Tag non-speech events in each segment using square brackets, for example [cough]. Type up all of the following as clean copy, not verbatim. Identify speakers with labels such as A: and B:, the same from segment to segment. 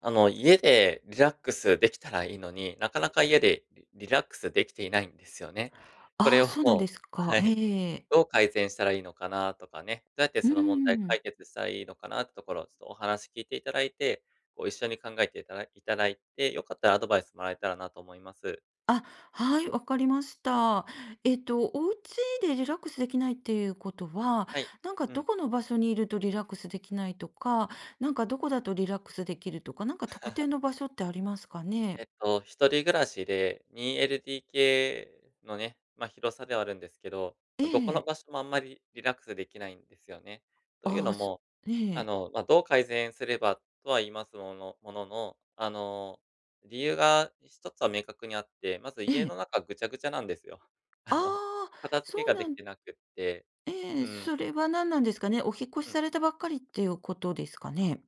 A: 家でリラックスできたらいいのに、なかなか家でリラックスできていないんですよね。こ
B: あ
A: れ
B: あ、
A: を
B: そうなんで
A: [laughs]
B: すか。
A: はい、どう改善したらいいのかなとかね、どうやって
B: う
A: その問題
B: ん。
A: 解決したらいいのかなってところをちょっとお話聞いていただいて、こう一緒に考えていただいて、よかったらアドバイスもらえたらなと思います。
B: あ、はい、わかりました。お家でリラックスできないっていうことは、
A: はい。
B: なんか
A: う
B: ど
A: ん。
B: この場所にいるとリラックスできないとか、なんかどこだとリラックスできるとか、なんか特定の場所ってありますかね？
A: 一人暮らしで 2LDK のね、まあ、広さではあるんですけど、
B: え
A: ま、どこの
B: え。
A: 場所もあんまりリラックスできないんですよね。という
B: あ
A: の
B: あ、す
A: も、
B: ええ、
A: ま、どう改善すればとは言いますものの、理由が一つは明確にあって、まず
B: え
A: 家の
B: え。
A: 中ぐちゃぐちゃなんですよ。[laughs] あ
B: あ
A: の、
B: あ、
A: 片付け
B: そう
A: がで
B: な
A: き
B: ん
A: てなくって。
B: え
A: う
B: え、
A: ん、うん。
B: それは何なんですかね？お引っ越しされたばっかりっていうことですかね？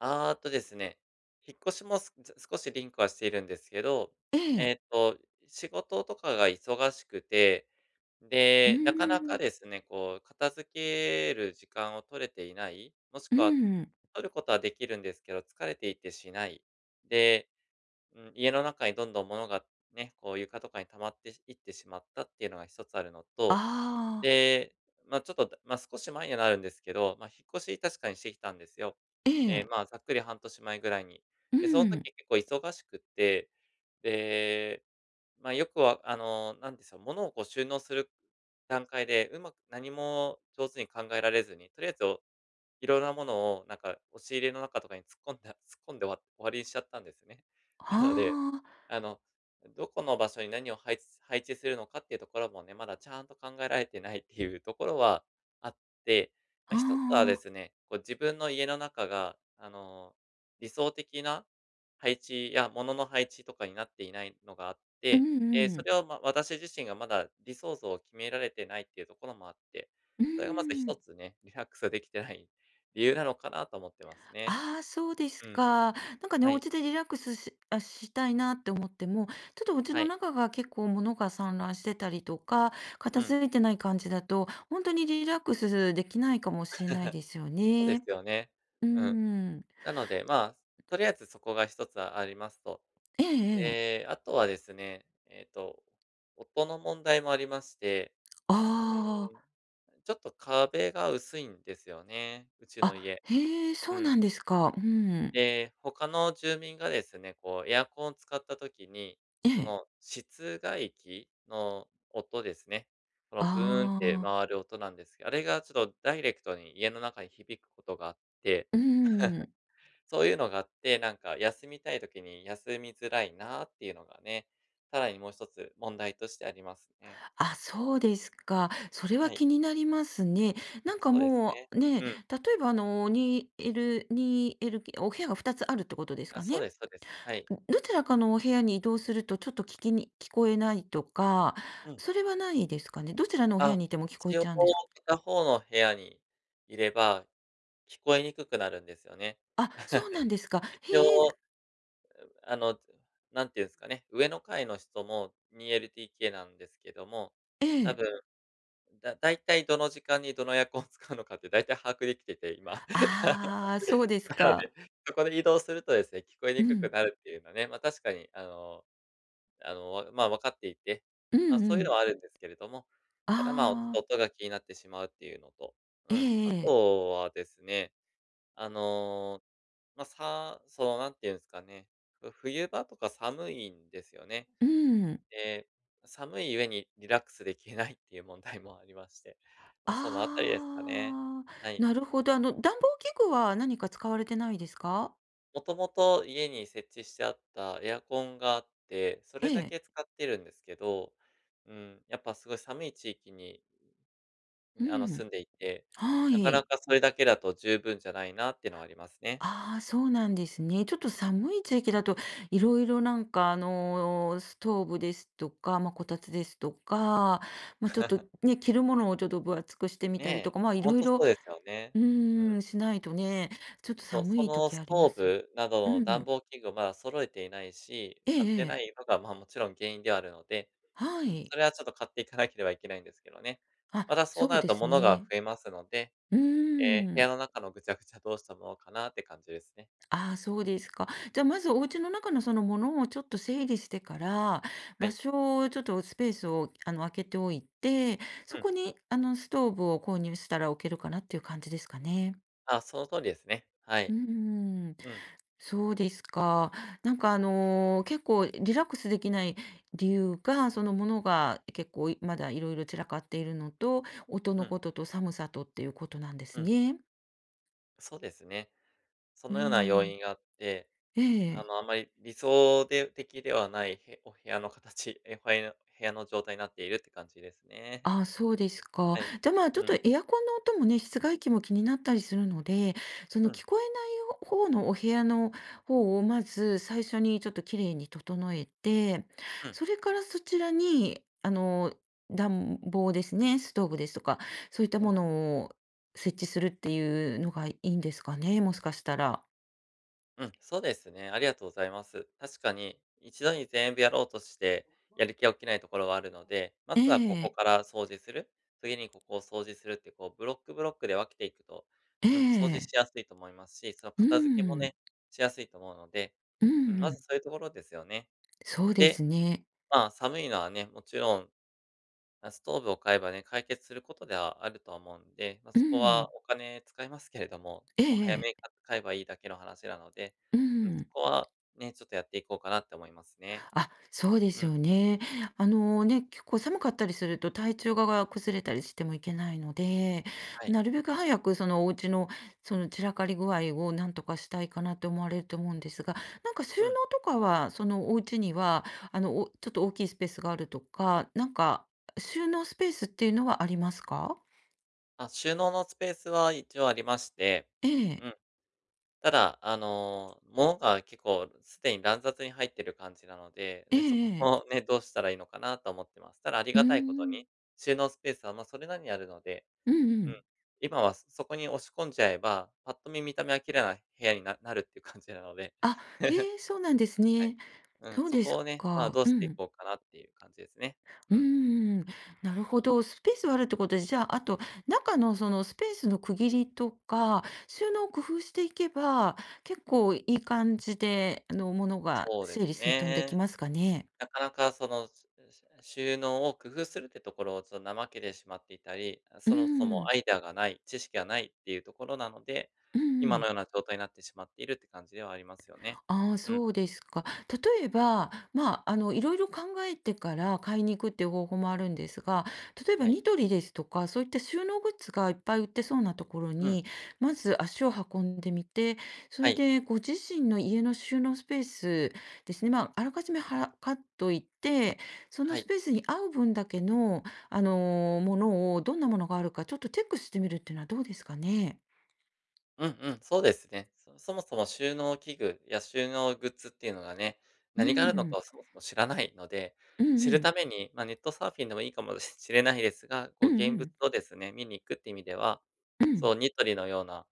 A: あーっとですね、引っ越しもすず少しリンクはしているんですけど、
B: え
A: え
B: え。
A: っと、仕事とかが忙しくて、
B: うー
A: で、なかなか
B: ん。
A: ですね、こう片付ける時間を取れていない、もし
B: う
A: くは
B: ん。
A: 取ることはできるんですけど、疲れていてしない。で、うん、家の中にどんどん物がね、こう床とかに溜まっていってしまったっていうのが一つあるのと
B: ああ、
A: で、ま、ちょっと、まあ少し前にはなるんですけど、ま、引っ越し確かにしてきたんですよ。
B: え
A: で、
B: え。
A: まあ、ざっくり半年前ぐらいに。
B: う
A: で、その
B: ん。
A: 時結構忙しくって、で、ま、よくはなんですょ物をこう収納する段階で、うまく何も上手に考えられずに、とりあえずいろんなものをなんか押し入れの中とかに突っ込んだ [laughs] 突っ込んでわ終わりにしちゃったんですね。[laughs]
B: あ
A: なので、
B: あ、
A: あの、どこの場所に何を配置するのかっていうところもね、まだちゃんと考えられてないっていうところはあって、まあ、
B: あ
A: 一つはで
B: あ。
A: すね、こう自分の家の中が、理想的な配置や物の配置とかになっていないのがあっ
B: うん
A: て、
B: う
A: そ
B: ん。
A: れを、まあ、私自身がまだ理想像を決められてないっていうところもあって、
B: うー
A: それがまず一
B: ん。
A: つね、リラックスできてない理由なのかなと思ってますね。
B: ああ、そうです
A: うん。
B: か。なんかね、
A: は
B: お
A: い。
B: 家でリラックスしあ、したいなって思っても、ちょっとお家
A: は
B: の
A: い。
B: 中が結構物が散乱してたりとか、
A: う
B: 片
A: ん。
B: 付いてない感じだと、本当にリラックスできないかもしれないですよ
A: そうで
B: ね。
A: すよね。
B: うー
A: うん。
B: ん。
A: なので、まあ、とりあえずそこが一つありますと。
B: ええええ。
A: で、あとはですね、音の問題もありまして、
B: あ
A: うーん、
B: あ。
A: ちょっと壁が薄いんですよね、うち
B: あ、
A: の家。
B: へえ、
A: う
B: そう
A: ん。
B: なんですか。うん。
A: で、他の住民がですね、こうエアコンを使った時に、
B: え
A: そ
B: え。
A: の室外機の音ですね。この
B: あ
A: ブーンって回
B: あ。
A: る音なんですけど、あれがちょっとダイレクトに家の中に響くことがあって、
B: うん。
A: そういうのがあって、なんか休みたい時に休みづらいなっていうのがね、さらにもう一つ問題としてありますね。
B: あ、そうですか。それは
A: はい。
B: 気になりますね。
A: あ、
B: なんか
A: そうです
B: も
A: ね。
B: うね、
A: う
B: 例
A: ん。
B: えばあのにエル、2 l お部屋が2つあるってことです
A: あ、
B: か
A: そう
B: ね。
A: ですそうです。はい。
B: どちらかのお部屋に移動するとちょっと聞きに聞こえないとか、
A: うん。
B: それはないですかね。どちらのお部屋
A: あ、
B: にいても聞こえ
A: 一応
B: ちゃうんですか？
A: 片方の部屋にいれば聞こえにくくなるんですよね。
B: あ、そうなんですか。
A: 一
B: へえ、
A: 応、あの、なんていうんですかね、上の階の人も2 l t k なんですけども、
B: え
A: 多
B: え。
A: 分大体どの時間にどのエアコンを使うのかって大体把握できてて、今。[laughs]
B: ああ、そうです
A: なの
B: か。
A: で、そこで移動するとですね、聞こえ
B: う
A: にくく
B: ん。
A: なるっていうのはね、ま、確かに、分かっていて、
B: うん
A: ま、そう
B: う
A: いうの
B: ん。
A: はあるんですけれども、ただ、まあ、お
B: ああ、
A: 音が気になってしまうっていうのと、う
B: え
A: ん、
B: え
A: あ
B: ええ。
A: とはですね、あのまあ、その、なんていうんですかね、冬場とか寒いんですよね。
B: うん。
A: で、寒い上にリラックスできないっていう問題もありまして、まあ、そのあたりですかね。
B: ああ、
A: はい。
B: なるほど。あの、暖房器具は何か使われてないですか？
A: もともと家に設置してあったエアコンがあって、そ
B: え
A: れだ
B: え。
A: け使ってるんですけど、うん、やっぱすごい寒い地域に、
B: うん。
A: 住んでいて、
B: は
A: なかな
B: い。
A: かそれだけだと十分じゃないなっていうのはありますね。
B: ああ、そうなんですね。ちょっと寒い地域だと、色々なんかあの、ストーブですとか、まあ、こたつですとか、まあ、ちょっと
A: [laughs]
B: ね、着るものをちょっと分厚くしてみたりと
A: ねえ、
B: か、ま、
A: ほん
B: 色
A: とそ
B: 々、
A: うですよね。
B: う
A: うん。
B: ーん、しないとね、ちょっと
A: そう、
B: 寒
A: そ
B: い
A: の
B: 時
A: ス
B: ありま
A: トー
B: す。
A: ブなど
B: う
A: の暖
B: ん。
A: 房器具をまだ揃えていないし、
B: ええ
A: 買って
B: え
A: な
B: え。
A: いのが、まあ、もちろん原因ではあるので、
B: は
A: うん、
B: い。
A: それはちょっと買っていかなければいけないんですけどね。
B: あ、
A: またそ
B: そ
A: うな
B: う
A: る
B: で
A: と
B: す
A: 物が
B: ね。
A: 増えますので、
B: うー
A: え部屋
B: ん。
A: の中のぐちゃぐちゃどうしたものかなって感じですね。
B: ああ、そうですか。じゃあ、まずお家の中のそのものをちょっと整理してから、
A: は
B: 場
A: い。
B: 所をちょっとスペースをあの空けておいて、
A: う
B: そ
A: ん。
B: こにあのストーブを購入したら置けるかなっていう感じですかね。
A: あ、その通りですね。は
B: うー
A: い。
B: ん、
A: うん、
B: そうですか。なんかあのー結構リラックスできない理由が、そのものが結構いまだいろいろ散らかっているのと、音
A: う
B: の
A: ん、
B: ことと寒さとっていうことなんで
A: う
B: す
A: ん。
B: ね。
A: そうですね。そ
B: うー
A: のような要
B: ん、
A: 因があって、
B: ええ
A: あまり理想で的ではないお部屋の形、部屋の状態になっているって感じですね。
B: あ、そうですか。
A: はい。
B: じゃ、まあ、ちょっ
A: う
B: と
A: ん、
B: エアコンの音もね、室外機も気になったりするので、そ
A: う
B: の
A: ん、
B: 聞こえない方のお部屋の方をまず最初にちょっときれいに整えて、
A: うん、
B: それからそちらに、あの、暖房ですね、ストーブですとか、そういった
A: う
B: も
A: ん、
B: のを設置するっていうのがいいんですかね、もしかしたら。
A: うん、そうですね。ありがとうございます。確かに、一度に全部やろうとして、やる気が起きないところはあるので、ま
B: え
A: ずはここ
B: え、
A: から掃除する、次にここを掃除するって、こう、ブロックブロックで分けていくと、
B: え
A: うん、掃除し
B: え、
A: やすいと思いますし、その
B: う
A: 片付けも
B: ん、
A: ね、しやすいと思うので、
B: うん
A: うん、
B: う
A: まず
B: ん、
A: そういうところですよね。
B: そうで
A: で、
B: すね。
A: まあ、寒いのはね、もちろんまあ、ストーブを買えばね、解決することではあるとは思うんで、まあ、
B: う
A: そこ
B: ん、
A: はお金使いますけれども、
B: え
A: もう早め
B: え、
A: に買えばいいだけの話なので、
B: う
A: うん、そ
B: ん。
A: こはね、ちょっとやっていこうかなって思いますね。
B: あ、そうで
A: う
B: すよ
A: ん、
B: ね。あのね、結構寒かったりすると体調が崩れたりしてもいけないので、
A: はい。
B: なるべく早くそのお家のその散らかり具合をなんとかしたいかなと思われると思うんですが、なんか収
A: う
B: 納
A: ん。
B: とかは、そのお家には、あの、ちょっと大きいスペースがあるとか、なんか収納スペースっていうのはありますか？
A: あ、収納のスペースは一応ありまして、
B: ええ、
A: うん、ただ、物が結構すでに乱雑に入ってる感じなので、
B: え
A: ね、そこ
B: ええ
A: も
B: え。
A: ね、どうしたらいいのかなと思ってます。ただあり
B: うー
A: がたいこと
B: ん、
A: に、収納スペースは、ま、それなりにあるので
B: うんう
A: うん。
B: ん。
A: 今はそこに押し込んじゃえば、ぱっと見た目は綺麗な部屋に[laughs] なるっていう感じなので。
B: あ、へ
A: [laughs]
B: え、そうなんです
A: はい。
B: ね。
A: うん、
B: そう
A: そ
B: で
A: こ
B: す
A: をね、まあ、
B: か。
A: どう
B: う
A: してい
B: ん。
A: こうかなっていう感じですね。
B: う
A: う
B: ー
A: ん。
B: ん、なるほど。スペースはあるってことで、じゃあ、あと、中のそのスペースの区切りとか、収納を工夫していけば、結構いい感じで、あの、ものが
A: そうで
B: 整理
A: す
B: 整頓でき
A: ね。
B: ますかね。
A: なかなかその、収納を工夫するってところをちょっと怠けてしまっていたり、あ、
B: う
A: そもそも
B: ん、
A: アイデアがない、知識がないっていうところなので、
B: うんう
A: 今の
B: ん。
A: ような状態になってしまっているって感じではありますよね。
B: ああ、
A: うん、
B: そうですか。例えば、まあ、あの、いろいろ考えてから買いに行くっていう方法もあるんですが、例えば
A: はい。
B: ニトリですとか、そういった収納グッズがいっぱい売ってそうなところ
A: うん、
B: に、まず足を運んでみて、そ
A: は
B: れ
A: い、
B: でご自身の家の収納スペースですね、まあ、あらかじめはかっといて、その
A: は
B: ス
A: い。
B: ペースに合う分だけの、あのーものを、どんなものがあるか、ちょっとチェックしてみるっていうのはどうですかね。
A: うんうん、そうですね。そもそも収納器具や収納グッズっていうのがね、
B: う
A: 何が
B: ん、
A: ある
B: う
A: のか
B: ん、
A: をそもそも知らないので、
B: うん、
A: 知る
B: うん、
A: ために、まあ、ネットサーフィンでもいいかもし [laughs] れないですが、
B: う
A: こう現物
B: ん、
A: をですね、見に行くって意味では、
B: う
A: そ
B: ん、
A: う、ニトリのような、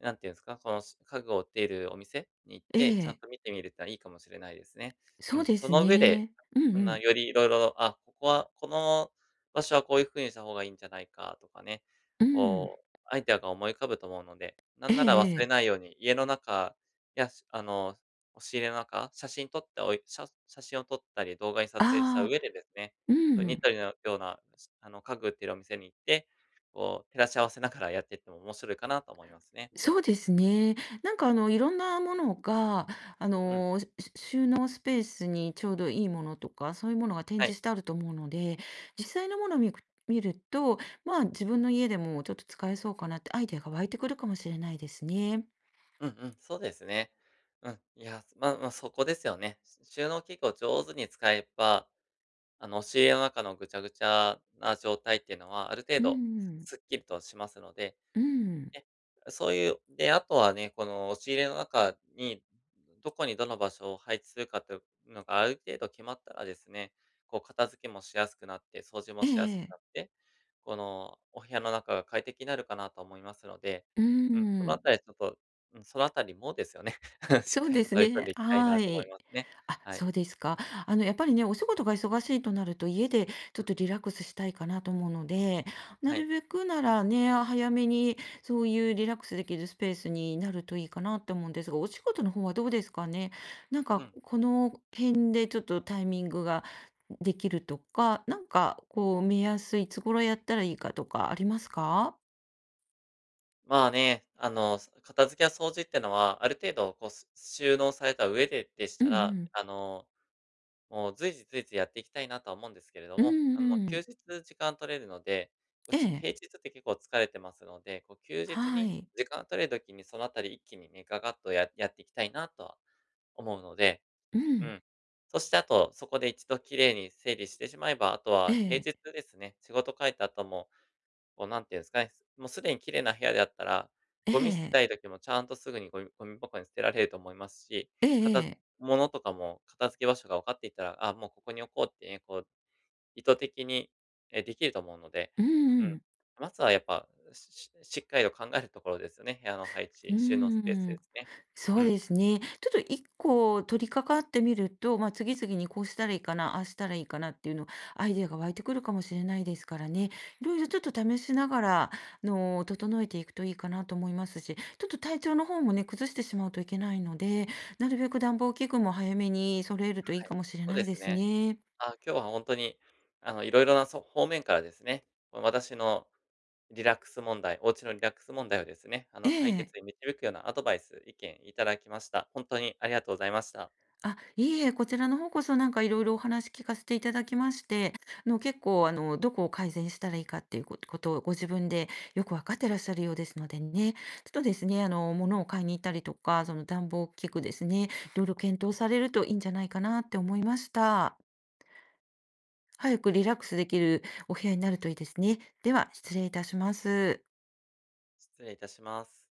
A: なんていうんですか、この家具を売っているお店に行っ
B: え
A: て、ちゃん
B: え
A: と見てみるってのはいいかもしれないですね。う
B: そう
A: ん、
B: で
A: そ
B: す
A: の上で、
B: ね。うんうん。
A: より色々、あ、ここはこの場所はこういうふうにした方がいいんじゃないかとかね、
B: うん。
A: こうアイデアが思い浮かぶと思うので、な
B: え
A: ん
B: え
A: なら忘れ
B: ええ。
A: ないように、家の中や、しあの、押し入れの中、写真を撮ったり動画に撮影した
B: あ
A: 上
B: あ、
A: でですね、
B: う
A: そういうニ
B: ん。
A: トリのような、しあの、家具売ってるお店に行って、こう照らし合わせながらやっていっても面白いかなと思いますね。
B: そうですね。なんかあの、いろんなものが、あ
A: うん。
B: の、収納スペースにちょうどいいものとか、そういうものが展
A: は
B: 示
A: い。
B: してあると思うので、実際のものを見ると、まあ、自分の家でもちょっと使えそうかなってアイデアが湧いてくるかもしれないですね。
A: うんうん、そうですね。うん、いや、まあまあ、そこですよね。収納器具を上手に使えば、押し入れの中のぐちゃぐちゃな状態っていうのは、ある程
B: う
A: 度
B: ん。
A: すっきりとしますので、
B: うん。
A: ね、そういうで、あとはね、この押し入れの中に、どこにどの場所を配置するかっていうのがある程度決まったらですね、こう片付けもしやすくなって、掃除も
B: え
A: しやすく
B: え
A: なって、このお部屋の中が快適になるかなと思いますので、
B: う
A: うん、そのあ
B: ん。
A: たりちょっと、うん、そのあたりもですよね。[laughs] しっ
B: そう
A: かり
B: で
A: と
B: す
A: 取り組ん
B: ね。
A: でいきたい
B: は
A: なと思い
B: い。
A: ますね。
B: あ、
A: は
B: そ
A: い。
B: うですか。あの、やっぱりね、お仕事が忙しいとなると、家でち
A: う
B: ょっ
A: ん、
B: とリラックスしたいかなと思うので、な
A: はい。
B: るべくならね、早めにそういうリラックスできるスペースになるといいかなと思うんですが、お仕事の方はどうですかね。なん
A: う
B: か、
A: ん。
B: この辺でちょっとタイミングができるとか、なんか、こう、目安いつ頃やったらいいかとかありますか？
A: まあね、片付けや掃除ってのは、ある程度こう、収納された上ででし
B: う
A: た
B: んう
A: ら、
B: ん。
A: もう随時随時やっていきたいなとは思うんですけれど
B: う
A: も、
B: んう
A: 休
B: ん。
A: 日時間取れるので、こう
B: ええ。
A: 平日って結構疲れてますので、こう休日
B: は
A: に
B: い。
A: 時間取れる時にそのあたり一気にね、ガッとやっていきたいなとは思うので、
B: う
A: う
B: ん。
A: ん。そしてあと、そこで一度きれいに整理してしまえば、あと
B: え
A: は平
B: え。
A: 日ですね、仕事帰った後もこう、なんていうんですかね、もうすでに綺麗な部屋であったら、
B: え
A: ゴミ捨て
B: え、
A: たい時もちゃんとすぐにゴミ箱に捨てられると思いますし、
B: えええ
A: 片た
B: え。
A: 物とかも片付け場所が分かっていたら、あ、もうここに置こうってね、こう意図的に、できると思うので、
B: うん
A: う
B: う
A: ん。
B: ん。
A: まずはやっぱ、しっかりと考えるところですよね。部屋の配
B: う
A: 置、収納スペース
B: ーん。
A: ですね。
B: そ
A: う
B: う
A: ん、
B: ですね。ちょっと1個取り掛かってみると、まあ、次々にこうしたらいいかな、ああしたらいいかなっていうの、アイデアが湧いてくるかもしれないですからね。いろいろちょっと試しながら、あの、整えていくといいかなと思いますし、ちょっと体調の方もね、崩してしまうといけないので、なるべく暖房器具も早めに揃えるといいかもしれ
A: そう
B: な
A: で
B: いで
A: す
B: す
A: ね。
B: ね。
A: あ、今日は本当に、いろいろな、方面からですね、こう私のリラックス問題、お家のリラックス問題をですね、
B: え
A: 解決
B: え。
A: に導くようなアドバイス、意見いただきました。本当にありがとうございました。
B: あ、いいえ、こちらの方こそなんかいろいろお話聞かせていただきまして、結構あのどこを改善したらいいかっていうことをご自分でよくわかってらっしゃるようですのでね、ちょっとですね、あの物を買いに行ったりとか、その暖房器具ですね、いろいろ検討されるといいんじゃないかなって思いました。早くリラックスできるお部屋になるといいですね。では、失礼いたします。
A: 失礼いたします。